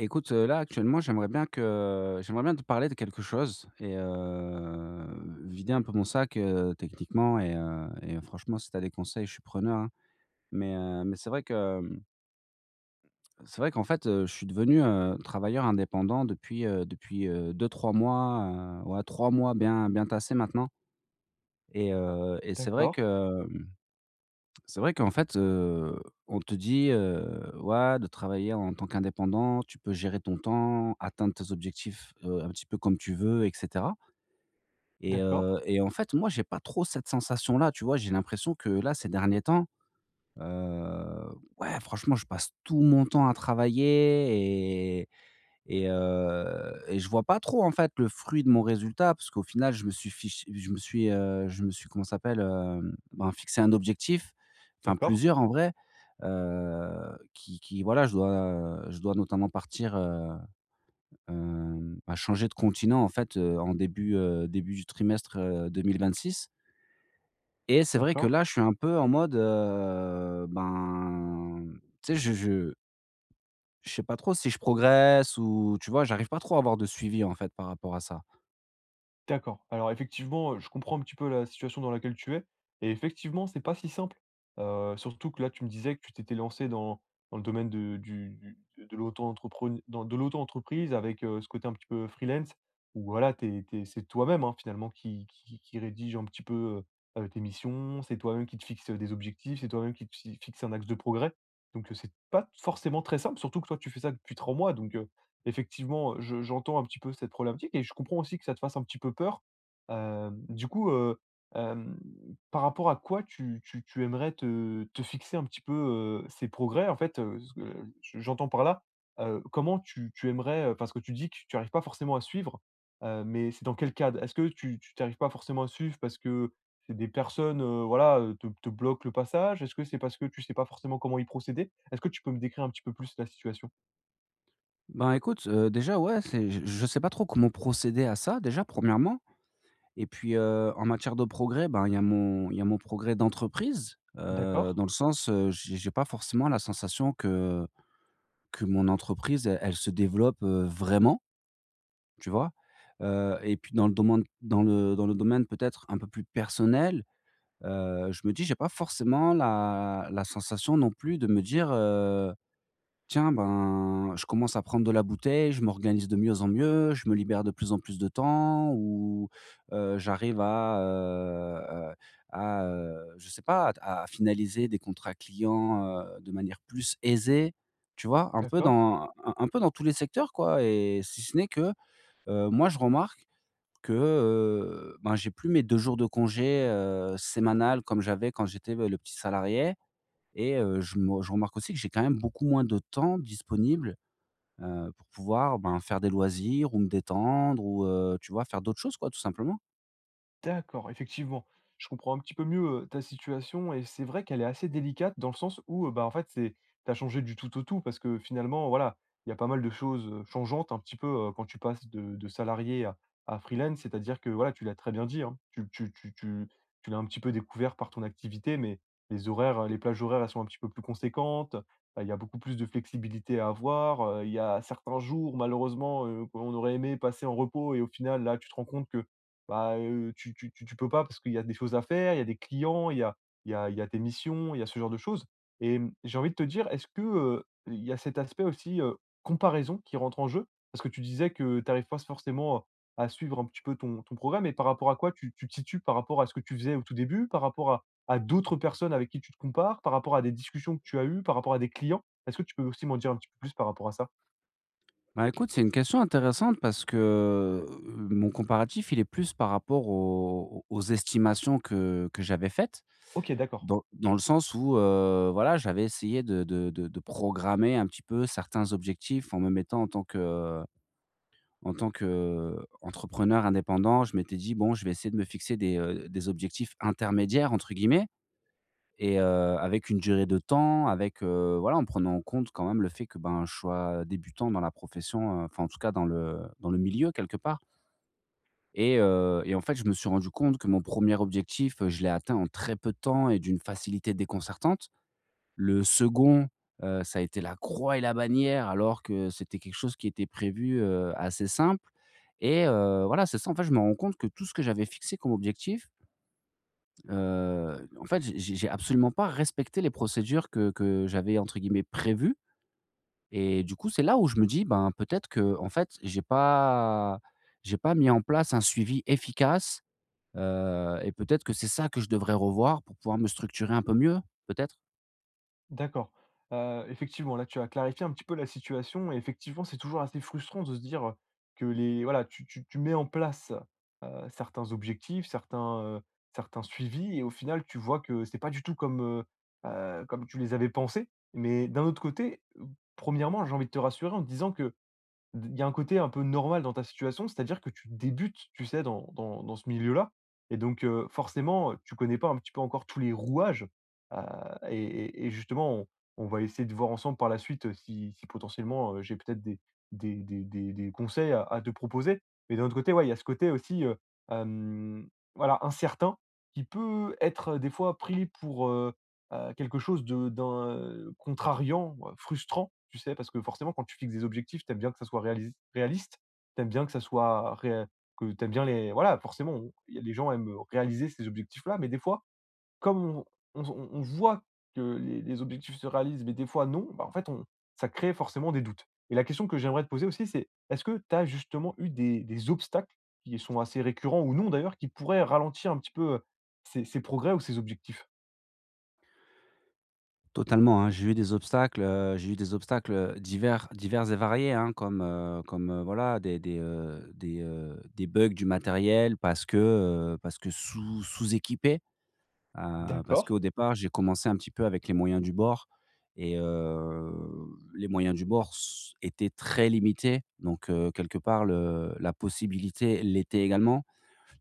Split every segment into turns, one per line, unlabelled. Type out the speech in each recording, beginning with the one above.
Écoute, là, actuellement, j'aimerais bien te parler de quelque chose et vider un peu mon sac, techniquement et franchement, si tu as des conseils, je suis preneur, hein. Mais c'est vrai que, c'est vrai qu'en fait, je suis devenu, travailleur indépendant depuis 2-3 mois, ouais, 3 mois bien bien tassé maintenant. et heu et c'est vrai
D'accord,
que C'est vrai qu'en fait, on te dit: «Ouais, de travailler en tant qu'indépendant, tu peux gérer ton temps, atteindre tes objectifs, un petit peu comme tu veux et cetera» et
d'accord,
heu et en fait, moi, j'ai pas trop cette sensation-là, tu vois? J'ai l'impression que là, ces derniers temps, heu, ouais, franchement, je passe tout mon temps à travailler et je vois pas trop, en fait, le fruit de mon résultat parce qu'au final, je me suis fich je me suis, comment ça s'appelle? Ben, fixé un objectif, enfin
d'accord,
plusieurs en vrai, qui voilà, je dois notamment partir, bah, changer de continent, en fait, début du trimestre, 2026. Et c'est vrai que
d'accord,
là, je suis un peu en mode, ben, tu sais, je sais pas trop si je progresse ou tu vois? J'arrive pas trop à avoir de suivi, en fait, par rapport à ça.
d'accord. Alors effectivement, je comprends un petit peu la situation dans laquelle tu es et effectivement, c'est pas si simple. Surtout que là, tu me disais que tu t'étais lancé dans dans le domaine de du de l'auto-entreprene dans de l'auto-entreprise avec, ce côté un petit peu freelance où voilà, tu es c'est toi-même, hein, finalement qui rédige un petit peu, tes missions, c'est toi-même qui te fixe, des objectifs, c'est toi-même qui te fi fixe un axe de progrès. Donc, c'est pas forcément très simple, surtout que toi, tu fais ça depuis 3 mois donc, effectivement, je j'entends un petit peu cette problématique et je comprends aussi que ça te fasse un petit peu peur. Hem, du coup, hem, Par rapport à quoi tu aimerais te fixer un petit peu, ces progrès? En fait, ce que j'entends par là, comment tu aimerais, parce que tu dis que tu n'arrives pas forcément à suivre, mais c'est dans quel cadre? Est-ce que tu n'arrives pas forcément à suivre parce que c'est des personnes, voilà, te bloquent le passage? Est-ce que c'est parce que tu sais pas forcément comment y procéder? Est-ce que tu peux me décrire un petit peu plus la situation?
Ben, écoute, déjà, ouais, c'est je sais pas trop comment procéder à ça, déjà, premièrement. Et puis, en matière de progrès, ben, il y a mon progrès d'entreprise,
D'accord,
dans le sens, j'ai pas forcément la sensation que mon entreprise, elle se développe, vraiment, tu vois? Et puis dans le domaine peut-être un peu plus personnel. Je me dis j'ai pas forcément la sensation non plus de me dire: «Tiens, ben, je commence à prendre de la bouteille, je m'organise de mieux en mieux, je me libère de plus en plus de temps» ou «J'arrive à, je sais pas, à finaliser des contrats clients, de manière plus aisée». Tu vois? Un peu
d'accord.
dans un un peu dans tous les secteurs quoi et si ce n'est que, moi je remarque que, ben, j'ai plus mes 2 jours de congé, sémanal comme j'avais quand j'étais, le petit salarié. Et je remarque aussi que j'ai quand même beaucoup moins de temps disponible, pour pouvoir, ben, faire des loisirs ou me détendre ou, tu vois, faire d'autres choses, quoi, tout simplement.
D'accord, effectivement. Je comprends un petit peu mieux, ta situation et c'est vrai qu'elle est assez délicate dans le sens où, bah, en fait, c'est t'as changé du tout au tout parce que finalement, voilà, il y a pas mal de choses, changeantes un petit peu, quand tu passes de salarié à freelance. C'est-à-dire que, voilà, tu l'as très bien dit, hein, tu tu l'as un petit peu découvert par ton activité, mais les horaires, les plages horaires, elles sont un petit peu plus conséquentes. Il y a beaucoup plus de flexibilité à avoir, il y a certains jours, malheureusement, qu'on aurait aimé passer en repos et au final, là, tu te rends compte que bah, tu peux pas parce qu'il y a des choses à faire, il y a des clients, il y a tes missions, il y a ce genre de choses et mmh, j'ai envie de te dire, est-ce que, il y a cet aspect aussi, comparaison qui rentre en jeu? Parce que tu disais que tu arrives pas forcément, à suivre un petit peu ton programme et par rapport à quoi tu te situes? Par rapport à ce que tu faisais au tout début? Par rapport à d'autres personnes avec qui tu te compares? Par rapport à des discussions que tu as eues? Par rapport à des clients? Est-ce que tu peux aussi m'en dire un petit peu plus par rapport à ça?
Bah, écoute, c'est une question intéressante parce que, heu, mon comparatif, il est plus par rapport aux estimations que j'avais faites.
OK, d'accord.
Dans le sens où, voilà, j'avais essayé de programmer un petit peu certains objectifs en me mettant en tant qu'entrepreneur indépendant. Je m'étais dit: «Bon, je vais essayer de me fixer des objectifs intermédiaires» entre guillemets et avec une durée de temps, avec, voilà, en prenant en compte quand même le fait que, ben, je sois débutant dans la profession, enfin, en tout cas dans le milieu quelque part et en fait, je me suis rendu compte que mon premier objectif, je l'ai atteint en très peu de temps et d'une facilité déconcertante. Le second, ça a été la croix et la bannière, alors que c'était quelque chose qui était prévu, assez simple. Et voilà, c'est ça, en fait, je me rends compte que tout ce que j'avais fixé comme objectif, en fait, j'ai absolument pas respecté les procédures que j'avais, entre guillemets, «prévues», et du coup, c'est là où je me dis: «Ben, peut-être que en fait, j'ai pas mis en place un suivi efficace, et peut-être que c'est ça que je devrais revoir pour pouvoir me structurer un peu mieux, peut-être?»
D'accord. Effectivement, là, tu as clarifié un petit peu la situation et effectivement, c'est toujours assez frustrant de se dire que les voilà, tu mets en place, certains objectifs, certains suivis et au final, tu vois que c'est pas du tout comme, comme tu les avais pensés. Mais d'un autre côté, 1°, j'ai envie de te rassurer en te disant que, D il y a un côté un peu normal dans ta situation, c'est-à-dire que tu débutes, tu sais, dans ce milieu-là et donc forcément, tu connais pas un petit peu encore tous les rouages, heu et justement, on va essayer de voir ensemble par la suite, si si potentiellement, j'ai peut-être des conseils à te proposer. Mais d'un autre côté, ouais, il y a ce côté aussi, hem, voilà, incertain qui peut être, des fois pris pour, quelque chose de contrariant, frustrant, tu sais? Parce que forcément quand tu fixes des objectifs, t'aimes bien que ça soit réaliste, t'aimes bien que ça soit ré que t'aimes bien les voilà, forcément on il y a les gens aiment, réaliser ces objectifs-là, mais des fois, comme on voit que les objectifs se réalisent, mais des fois non, bah, en fait on ça crée forcément des doutes. Et la question que j'aimerais te poser aussi, c'est est-ce que tu as justement eu des obstacles qui sont assez récurrents ou non d'ailleurs, qui pourraient ralentir un petit peu, ces progrès ou ces objectifs?
Totalement, hein. J'ai eu des obstacles, divers divers et variés, hein, comme, voilà des bugs du matériel parce que sous-équipé, parce
D'accord.
qu'au départ, j'ai commencé un petit peu avec les moyens du bord et les moyens du bord s étaient très limités donc quelque part le la possibilité l'était également.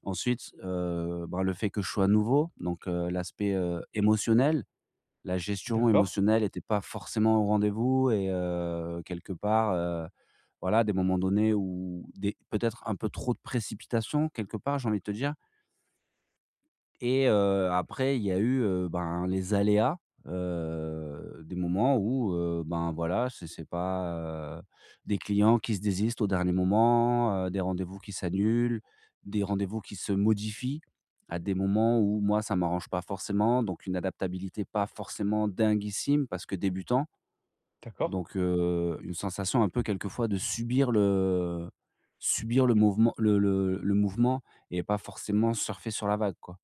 Ensuite, ben, le fait que je sois nouveau donc l'aspect, émotionnel la gestion
D'accord,
émotionnelle n'était pas forcément au rendez-vous et quelque part, voilà, des moments donnés où des peut-être un peu trop de précipitation quelque part, j'ai envie de te dire. Et après il y a eu, ben, les aléas, des moments où, ben, voilà, c'est pas, des clients qui se désistent au dernier moment, des rendez-vous qui s'annulent, des rendez-vous qui se modifient à des moments où moi ça m'arrange pas forcément, donc une adaptabilité pas forcément dinguissime parce que débutant,
d'accord,
donc une sensation un peu quelquefois de subir le mouvement et pas forcément surfer sur la vague, quoi.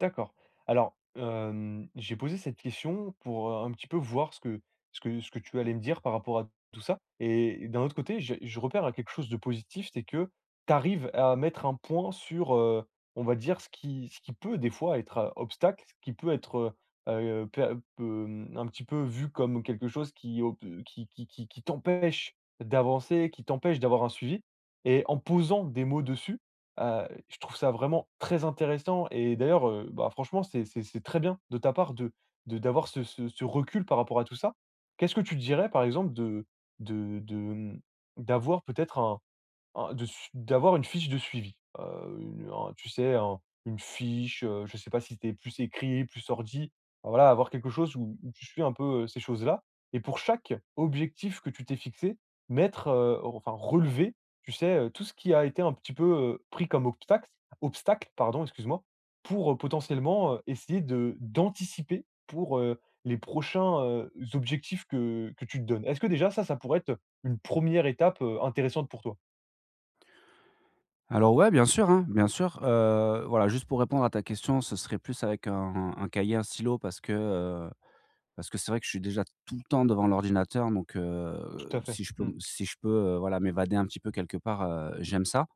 d'accord. Alors, j'ai posé cette question pour, un petit peu voir ce que tu allais me dire par rapport à tout ça et d'un autre côté, je repère à quelque chose de positif, c'est que tu arrives à mettre un point sur, on va dire ce qui peut des fois être, obstacle, ce qui peut être, heu un petit peu vu comme quelque chose qui t'empêche d'avancer, qui t'empêche d'avoir un suivi et en posant des mots dessus, je trouve ça vraiment très intéressant et d'ailleurs, bah, franchement, c'est très bien de ta part de d'avoir ce recul par rapport à tout ça. Qu'est-ce que tu dirais, par exemple, de de, mmh, d'avoir peut-être un de su d'avoir une fiche de suivi, une un tu sais, un une fiche, je ne sais pas si c'était plus écrit, plus ordi, enfin, voilà, avoir quelque chose où où tu suis un peu, ces choses-là et pour chaque objectif que tu t'es fixé, mettre, enfin relever, tu sais, tout ce qui a été un petit peu, pris comme obstacle, pardon, excuse-moi, pour, potentiellement, essayer de d'anticiper pour, les prochains, objectifs que tu te donnes. Est-ce que déjà ça, ça pourrait être une première étape, intéressante pour toi?
Alors ouais, bien sûr, hein, bien sûr. Voilà, juste pour répondre à ta question, ce serait plus avec un cahier, un stylo parce que c'est vrai que je suis déjà tout le temps devant l'ordinateur donc
Tout à fait. Mmh.
si je peux, voilà, m'évader un petit peu quelque part, j'aime ça.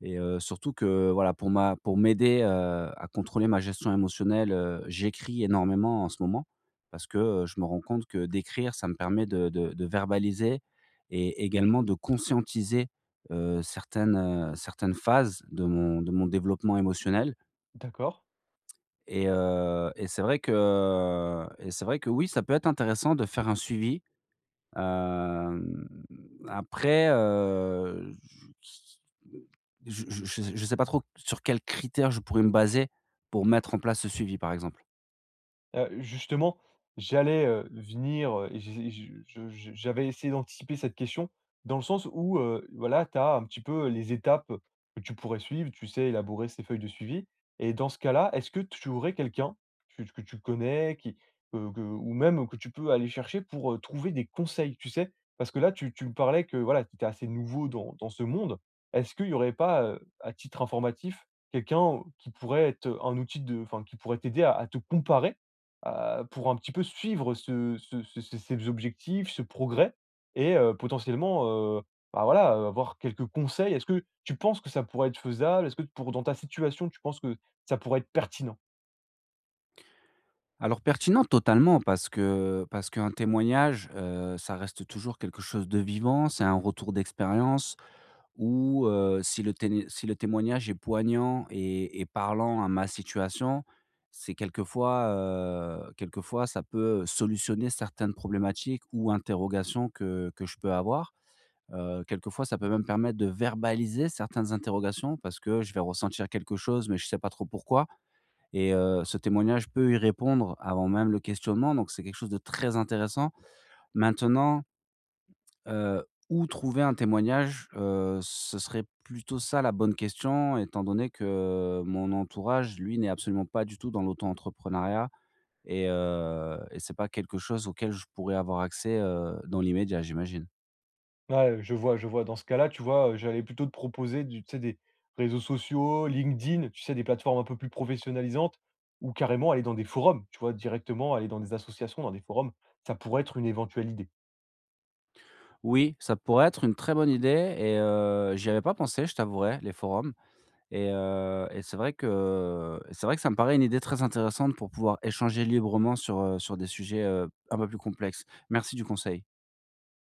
Et surtout que voilà, pour m'aider, à contrôler ma gestion émotionnelle, j'écris énormément en ce moment parce que, je me rends compte que d'écrire, ça me permet de verbaliser et également de conscientiser, certaines phases de mon développement émotionnel
D'accord.
et c'est vrai que et c'est vrai que oui, ça peut être intéressant de faire un suivi. Hem, après, je ne sais pas trop sur quels critères je pourrais me baser pour mettre en place ce suivi, par exemple?
Justement, j'allais, venir, et j'ai je j'avais essayé d'anticiper cette question dans le sens où, voilà, tu as un petit peu les étapes que tu pourrais suivre, tu sais, élaborer ces feuilles de suivi et dans ce cas-là, est-ce que tu aurais quelqu'un que tu connais qui, que ou même que tu peux aller chercher pour, trouver des conseils, tu sais? Parce que là, tu me parlais que, voilà, tu étais assez nouveau dans dans ce monde. Est-ce qu'il y aurait pas, à titre informatif, quelqu'un qui pourrait être un outil de enfin, qui pourrait t'aider à te comparer pour un petit peu suivre ce ce ce ces ces objectifs, ce progrès et heu, bah, voilà, avoir quelques conseils. Est-ce que tu penses que ça pourrait être faisable? Est-ce que pour dans ta situation, tu penses que ça pourrait être pertinent?
Alors pertinent totalement parce qu'un témoignage, ça reste toujours quelque chose de vivant, c'est un retour d'expérience. Ou si le témoignage est poignant et parlant à ma situation, c'est quelquefois ça peut solutionner certaines problématiques ou interrogations que je peux avoir. Quelquefois, ça peut même permettre de verbaliser certaines interrogations parce que je vais ressentir quelque chose, mais je ne sais pas trop pourquoi et ce témoignage peut y répondre avant même le questionnement, donc c'est quelque chose de très intéressant. Maintenant. Heu, où trouver un témoignage? Ce serait plutôt ça la bonne question, étant donné que mon entourage, lui, n'est absolument pas du tout dans l'auto-entrepreneuriat et c'est pas quelque chose auquel je pourrais avoir accès, dans l'immédiat, j'imagine.
Ouais, je vois, je vois. Dans ce cas-là, tu vois, j'allais plutôt te proposer du tu sais, des réseaux sociaux, LinkedIn, tu sais, des plateformes un peu plus professionnalisantes ou carrément aller dans des forums, tu vois? Directement aller dans des associations, dans des forums, ça pourrait être une éventuelle idée.
Oui, ça pourrait être une très bonne idée et j'y avais pas pensé, je t'avouerai, les forums et c'est vrai que ça me paraît une idée très intéressante pour pouvoir échanger librement sur des sujets, un peu plus complexes. Merci du conseil.